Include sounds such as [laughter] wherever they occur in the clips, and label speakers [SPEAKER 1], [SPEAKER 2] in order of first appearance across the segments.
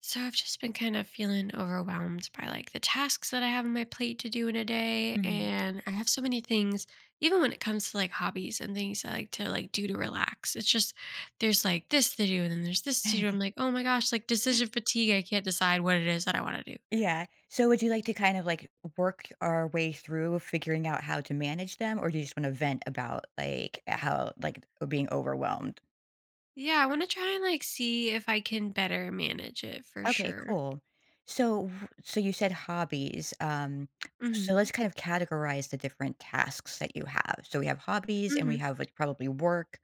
[SPEAKER 1] So I've just been kind of feeling overwhelmed by like the tasks that I have on my plate to do in a day,
[SPEAKER 2] Mhm.
[SPEAKER 1] and I have so many things, even when it comes to like hobbies and things I like to like do to relax. It's just there's like this to do and then there's this to do. I'm like,
[SPEAKER 2] [laughs]
[SPEAKER 1] "Oh my gosh, like decision fatigue. I can't decide what it is that I want to do."
[SPEAKER 2] Yeah. So would you like to kind of like work our way through figuring out how to manage them, or do you just want to vent about like how like being overwhelmed?
[SPEAKER 1] Yeah, I want to try and like see if I can better manage it for
[SPEAKER 2] Okay,
[SPEAKER 1] sure.
[SPEAKER 2] cool. So so you said hobbies. So let's
[SPEAKER 1] Mhm.
[SPEAKER 2] kind of categorize the different tasks that you have. So we have hobbies and we
[SPEAKER 1] Mhm.
[SPEAKER 2] have like probably work.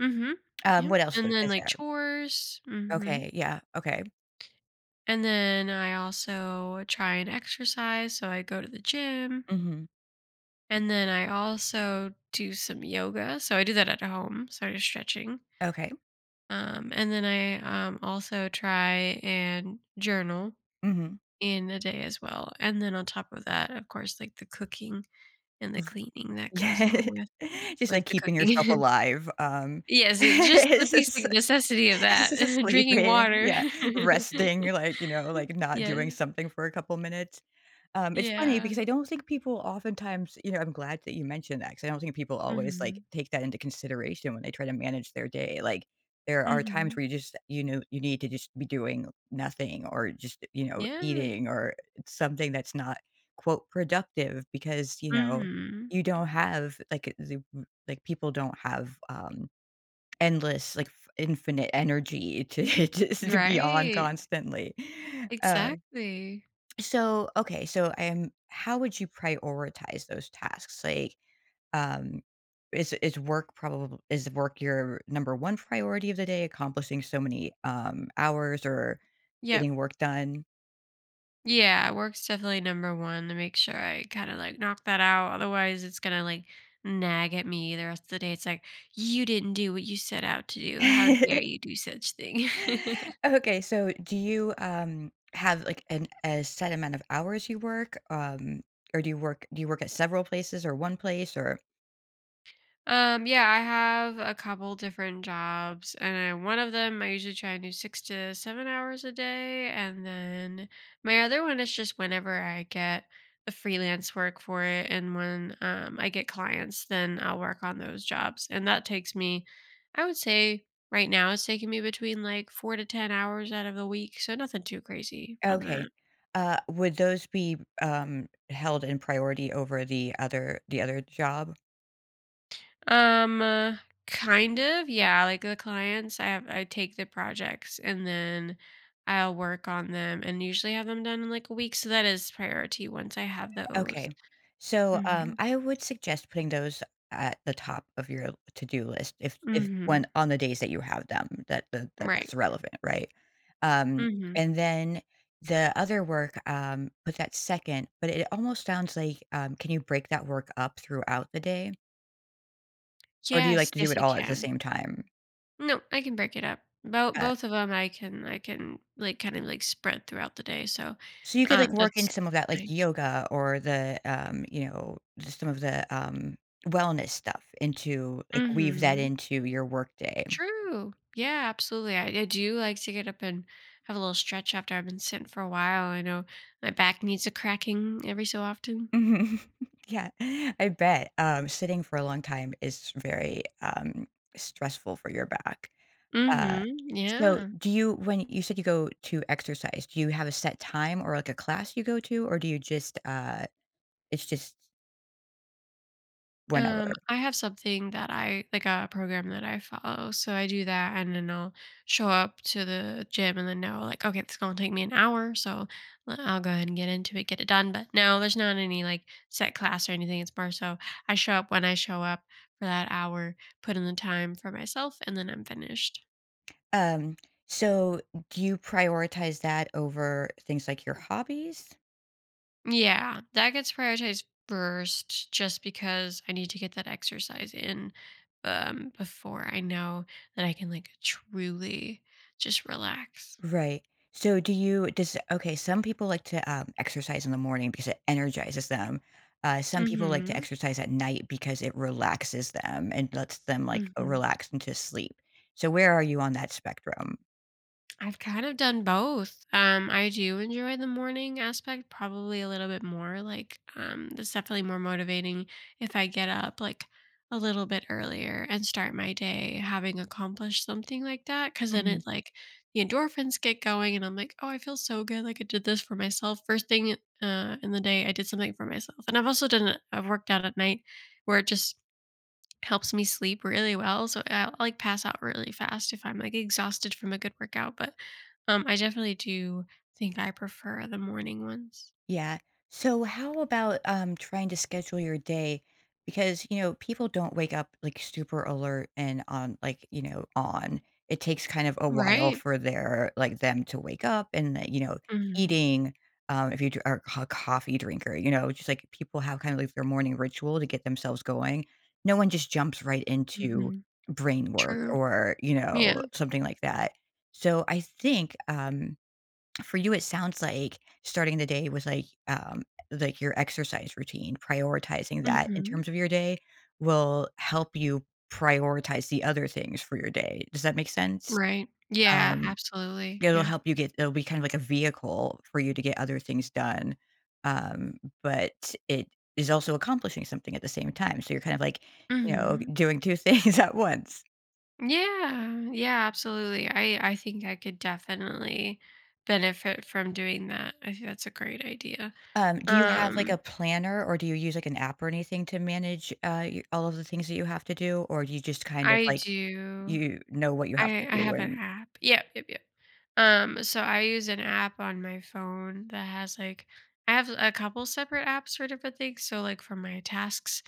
[SPEAKER 1] Mhm.
[SPEAKER 2] Um,
[SPEAKER 1] Yeah.
[SPEAKER 2] what else
[SPEAKER 1] And then
[SPEAKER 2] is
[SPEAKER 1] like
[SPEAKER 2] there?
[SPEAKER 1] chores. Mhm.
[SPEAKER 2] Okay, yeah, okay.
[SPEAKER 1] And then I also try and exercise, so I go to the gym.
[SPEAKER 2] Mhm.
[SPEAKER 1] And then I also do some yoga, so I do that at home, so I do stretching.
[SPEAKER 2] Okay.
[SPEAKER 1] And then I also try and journal
[SPEAKER 2] Mhm.
[SPEAKER 1] in a day as well. And then on top of that, of course, like the cooking and the cleaning that goes
[SPEAKER 2] Yeah.
[SPEAKER 1] along with
[SPEAKER 2] [laughs] Just, like,
[SPEAKER 1] with the
[SPEAKER 2] keeping yourself
[SPEAKER 1] cooking.
[SPEAKER 2] alive,
[SPEAKER 1] [laughs]
[SPEAKER 2] [laughs]
[SPEAKER 1] yes, it's just the
[SPEAKER 2] it's just
[SPEAKER 1] basic necessity of that.
[SPEAKER 2] it's just
[SPEAKER 1] [laughs] Drinking
[SPEAKER 2] sleeping,
[SPEAKER 1] water.
[SPEAKER 2] yeah,
[SPEAKER 1] [laughs]
[SPEAKER 2] resting, like, you know, like, not
[SPEAKER 1] yes.
[SPEAKER 2] doing something for a couple minutes. It's funny
[SPEAKER 1] Yeah.
[SPEAKER 2] because I don't think people oftentimes, you know, I'm glad that you mentioned that, because I don't think people always, like,
[SPEAKER 1] Hmm.
[SPEAKER 2] take that into consideration when they try to manage their day. Like, there are times
[SPEAKER 1] Hmm.
[SPEAKER 2] where you just, you know, you need to just be doing nothing, or just, you know,
[SPEAKER 1] Yeah.
[SPEAKER 2] eating, or something that's not, quote, "productive," because, you know,
[SPEAKER 1] Mhm.
[SPEAKER 2] you don't have, like, the like, people don't have, endless, like, f infinite energy to [laughs] just to be on
[SPEAKER 1] Right.
[SPEAKER 2] constantly, uh,
[SPEAKER 1] Exactly.
[SPEAKER 2] so, okay, so I am how would you prioritize those tasks? Like, um, is work probably is work your number one priority of the day, accomplishing so many hours or
[SPEAKER 1] Yep.
[SPEAKER 2] getting work done?
[SPEAKER 1] Yeah, work's definitely number one to make sure I kinda, like, knock that out. Otherwise, it's gonna, like, nag at me the rest of the day. It's like, "You didn't do what you set out to do. How dare
[SPEAKER 2] [laughs]
[SPEAKER 1] you do such thing." [laughs]
[SPEAKER 2] Okay, so do you have like an a set amount of hours you work? Or do you work at several places or one place, or—
[SPEAKER 1] Yeah, I have a couple different jobs, and one of them I usually try and do 6 to 7 hours a day. And then my other one is just whenever I get the freelance work for it, and when I get clients, then I'll work on those jobs, and that takes me, I would say, right now it's taking me between like 4 to 10 hours out of the week, so nothing too crazy on
[SPEAKER 2] Okay.
[SPEAKER 1] that.
[SPEAKER 2] Would those be held in priority over the other job?
[SPEAKER 1] Um, uh, kind of, yeah. Like, the clients, I take the projects and then I'll work on them and usually have them done in like a week. So that is priority once I have those.
[SPEAKER 2] Okay. So,
[SPEAKER 1] Hmm.
[SPEAKER 2] I would suggest putting those at the top of your to-do list if if
[SPEAKER 1] Hmm.
[SPEAKER 2] when on the days that you have them, that that that
[SPEAKER 1] Right.
[SPEAKER 2] that's relevant, right? Um,
[SPEAKER 1] Mm hmm.
[SPEAKER 2] and then the other work, put that second, but it almost sounds like, can you break that work up throughout the day? Or do you like
[SPEAKER 1] Yes.
[SPEAKER 2] to do
[SPEAKER 1] Yes,
[SPEAKER 2] it
[SPEAKER 1] I
[SPEAKER 2] all at the
[SPEAKER 1] can.
[SPEAKER 2] same time?
[SPEAKER 1] No, I can break it up. Both
[SPEAKER 2] Uh,
[SPEAKER 1] both of them, I can like kind of like spread throughout the day. So,
[SPEAKER 2] so you could like work in
[SPEAKER 1] that's
[SPEAKER 2] some of that like
[SPEAKER 1] nice.
[SPEAKER 2] yoga or the, you know, just some of the, wellness stuff into, like,
[SPEAKER 1] Mm
[SPEAKER 2] weave that
[SPEAKER 1] hmm.
[SPEAKER 2] into your workday.
[SPEAKER 1] True. Yeah, absolutely. I do like to get up and have a little stretch after I've been sitting for a while. I know my back needs a cracking every so often.
[SPEAKER 2] Mhm. [laughs] Yeah, I bet, sitting for a long time is very, stressful for your back. Uh,
[SPEAKER 1] Mm-hmm.
[SPEAKER 2] so
[SPEAKER 1] Yeah.
[SPEAKER 2] do you when you said you go to exercise, do you have a set time or, like, a class you go to, or do you just, it's just whenever?
[SPEAKER 1] I have something that I like a program that I follow. So I do that and then I'll show up to the gym and then know like, okay, it's gonna take me an hour, so I'll go ahead and get into it, get it done. But no, there's not any like set class or anything. It's more so I show up when I show up for that hour, put in the time for myself, and then I'm finished.
[SPEAKER 2] Um, so do you prioritize that over things like your hobbies?
[SPEAKER 1] Yeah, that gets prioritized first just because I need to get that exercise in before I know that I can like truly just relax.
[SPEAKER 2] Right. So do you does Okay, some people like to, exercise in the morning because it energizes them. Some people like to
[SPEAKER 1] Mhm.
[SPEAKER 2] exercise at night because it relaxes them and lets them, like,
[SPEAKER 1] Mhm.
[SPEAKER 2] relax into sleep. So where are you on that spectrum?
[SPEAKER 1] I've kind of done both. I do enjoy the morning aspect probably a little bit more. Like, it's definitely more motivating if I get up like a little bit earlier and start my day having accomplished something like that. Cause then it like the endorphins get going, and I'm like, oh, I feel so good. Like, I did this for myself. First thing in the day, I did something for myself. And I've also done, I've worked out at night where it just helps me sleep really well. So I like pass out really fast if I'm like exhausted from a good workout. But I definitely do think I prefer the morning ones.
[SPEAKER 2] Yeah. So how about trying to schedule your day? Because, you know, people don't wake up like super alert and on, like, you know, on. It takes kind of a while
[SPEAKER 1] Right.
[SPEAKER 2] for their like them to wake up, and that, you know,
[SPEAKER 1] Hmm.
[SPEAKER 2] eating. If you are a coffee drinker, you know, just like people have kind of like their morning ritual to get themselves going. No one just jumps right into
[SPEAKER 1] Hmm.
[SPEAKER 2] brain work,
[SPEAKER 1] True.
[SPEAKER 2] or, you know,
[SPEAKER 1] Yeah.
[SPEAKER 2] something like that. So I think for you, it sounds like starting the day was like your exercise routine, prioritizing that in
[SPEAKER 1] Hmm.
[SPEAKER 2] terms of your day will help you prioritize the other things for your day. Does that make sense?
[SPEAKER 1] Right. Yeah.
[SPEAKER 2] Um,
[SPEAKER 1] Absolutely.
[SPEAKER 2] it'll
[SPEAKER 1] Yeah.
[SPEAKER 2] help you it'll be kind of like a vehicle for you to get other things done. Um, but it is also accomplishing something at the same time. So you're kind of like, you know,
[SPEAKER 1] Hmm.
[SPEAKER 2] doing two [laughs] things at once.
[SPEAKER 1] Yeah. Yeah. Absolutely. I think I could definitely benefit from doing that. I think that's a great idea.
[SPEAKER 2] Do you have, like, a
[SPEAKER 1] Um,
[SPEAKER 2] planner, or do you use, like, an app or anything to manage, y all of the things that you have to do, or do you just kind of,
[SPEAKER 1] I
[SPEAKER 2] like,
[SPEAKER 1] do.
[SPEAKER 2] you know what you have to
[SPEAKER 1] I
[SPEAKER 2] do
[SPEAKER 1] have an
[SPEAKER 2] and—
[SPEAKER 1] app. Yep. Yep. Yep. So I use an app on my phone that has like I have a couple separate apps for different things. So like for my tasks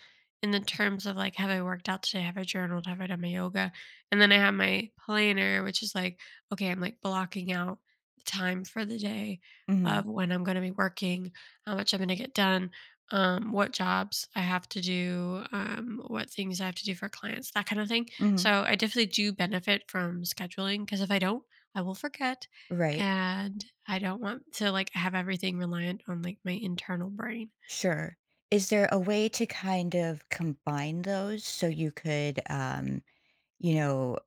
[SPEAKER 1] in the terms of like have I worked out today, have I journaled, have I done my yoga? And then I have my planner, which is like, okay, I'm like blocking out the time for the day
[SPEAKER 2] Mhm,
[SPEAKER 1] of when I'm gonna be working, how much I'm gonna get done, what jobs I have to do, what things I have to do for clients, that kind of thing.
[SPEAKER 2] mhm.
[SPEAKER 1] So I definitely do benefit from scheduling, because if I don't I will forget,
[SPEAKER 2] Right.
[SPEAKER 1] and I don't want to, like, have everything reliant on, like, my internal brain.
[SPEAKER 2] Sure. Is there a way to kind of combine those so you could, you know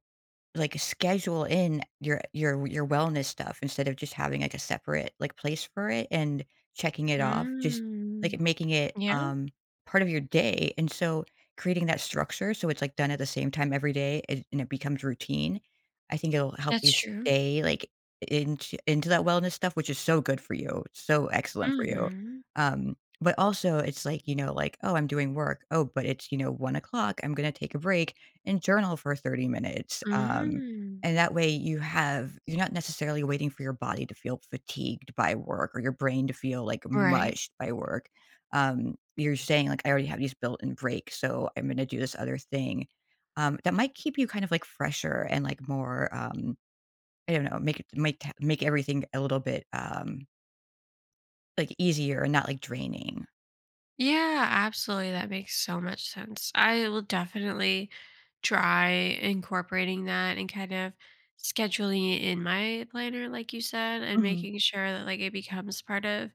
[SPEAKER 2] like, schedule in your wellness stuff instead of just having, like, a separate, like, place for it and checking it off, just,
[SPEAKER 1] Mm.
[SPEAKER 2] like, making it,
[SPEAKER 1] Yeah,
[SPEAKER 2] part of your day, and so creating that structure so it's, like, done at the same time every day, and it becomes routine, I think it'll help you
[SPEAKER 1] that's true.
[SPEAKER 2] stay, like, into that wellness stuff, which is so good for you. It's so excellent for you,
[SPEAKER 1] Mhm.
[SPEAKER 2] but also, it's like, you know, like, "Oh, I'm doing work. Oh, but it's, you know, 1 o'clock. I'm gonna take a break and journal for 30 minutes.
[SPEAKER 1] Mm.
[SPEAKER 2] And that way you're not necessarily waiting for your body to feel fatigued by work, or your brain to feel like
[SPEAKER 1] Right.
[SPEAKER 2] mushed by work. You're saying, like, I already have these built-in breaks, so I'm gonna do this other thing. That might keep you kind of like fresher and like more I don't know, make make everything a little bit like easier and not like draining.
[SPEAKER 1] Yeah, absolutely. That makes so much sense. I will definitely try incorporating that and kind of scheduling it in my planner, like you said, and
[SPEAKER 2] Mhm.
[SPEAKER 1] making sure that like it becomes part of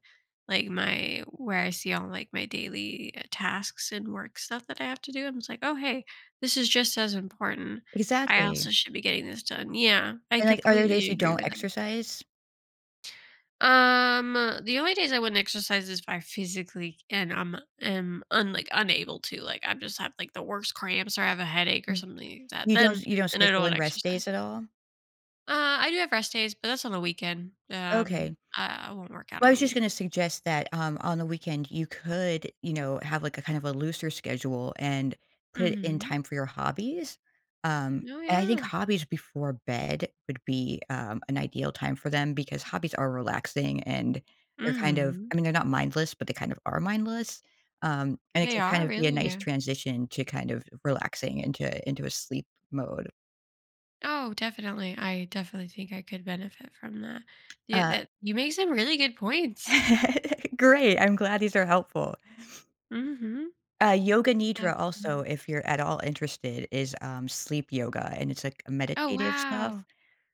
[SPEAKER 1] like my where I see all like my daily tasks and work stuff that I have to do. I'm just like, oh hey, this is just as important. I
[SPEAKER 2] Exactly.
[SPEAKER 1] also should be getting this done. Yeah, I
[SPEAKER 2] And like are there days
[SPEAKER 1] completely
[SPEAKER 2] you
[SPEAKER 1] agree
[SPEAKER 2] don't
[SPEAKER 1] with that.
[SPEAKER 2] exercise?
[SPEAKER 1] Um, the only days I wouldn't exercise is if I physically, and I'm am un like unable to. Like, I just have like the worst cramps or I have a headache or
[SPEAKER 2] Mm.
[SPEAKER 1] something like that. Then
[SPEAKER 2] You don't
[SPEAKER 1] then I
[SPEAKER 2] schedule
[SPEAKER 1] don't
[SPEAKER 2] in rest days
[SPEAKER 1] exercise.
[SPEAKER 2] at all?
[SPEAKER 1] Uh, I do have rest days, but that's on the weekend.
[SPEAKER 2] Okay.
[SPEAKER 1] I won't work out
[SPEAKER 2] Well, I
[SPEAKER 1] on
[SPEAKER 2] was
[SPEAKER 1] the
[SPEAKER 2] just
[SPEAKER 1] week.
[SPEAKER 2] gonna suggest that, on the weekend, you could, you know, have, like, a kind of a looser schedule and put it in
[SPEAKER 1] Mm-hmm.
[SPEAKER 2] time for your hobbies. Um,
[SPEAKER 1] Oh
[SPEAKER 2] and I think
[SPEAKER 1] yeah.
[SPEAKER 2] hobbies before bed would be, an ideal time for them because hobbies are relaxing, and they're kind of—
[SPEAKER 1] Mm-hmm.
[SPEAKER 2] I mean, they're not mindless, but they kind of are mindless. And it
[SPEAKER 1] They
[SPEAKER 2] could kind
[SPEAKER 1] are
[SPEAKER 2] of be a
[SPEAKER 1] really,
[SPEAKER 2] nice
[SPEAKER 1] yeah.
[SPEAKER 2] transition to kind of relaxing into a sleep mode.
[SPEAKER 1] Oh, definitely. I definitely think I could benefit from that. Yeah,
[SPEAKER 2] Uh,
[SPEAKER 1] that you make some really good points.
[SPEAKER 2] [laughs] great. I'm glad these are helpful.
[SPEAKER 1] Mm-hmm.
[SPEAKER 2] Yoga nidra also,
[SPEAKER 1] Absolutely.
[SPEAKER 2] if you're at all interested, is, sleep yoga, and it's, like,
[SPEAKER 1] Oh
[SPEAKER 2] meditative stuff,
[SPEAKER 1] wow.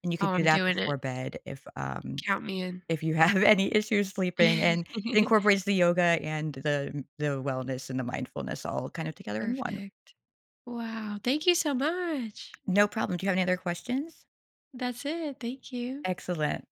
[SPEAKER 2] and you
[SPEAKER 1] Oh,
[SPEAKER 2] could do
[SPEAKER 1] I'm
[SPEAKER 2] that
[SPEAKER 1] doing it.
[SPEAKER 2] before bed
[SPEAKER 1] Count me in.
[SPEAKER 2] if you have [laughs] any issues sleeping, and it
[SPEAKER 1] [laughs]
[SPEAKER 2] incorporates the yoga and the wellness and the mindfulness all kind of together in one.
[SPEAKER 1] Perfect. Wow, thank you so much.
[SPEAKER 2] No problem. Do you have any other questions?
[SPEAKER 1] That's it, thank you.
[SPEAKER 2] Excellent.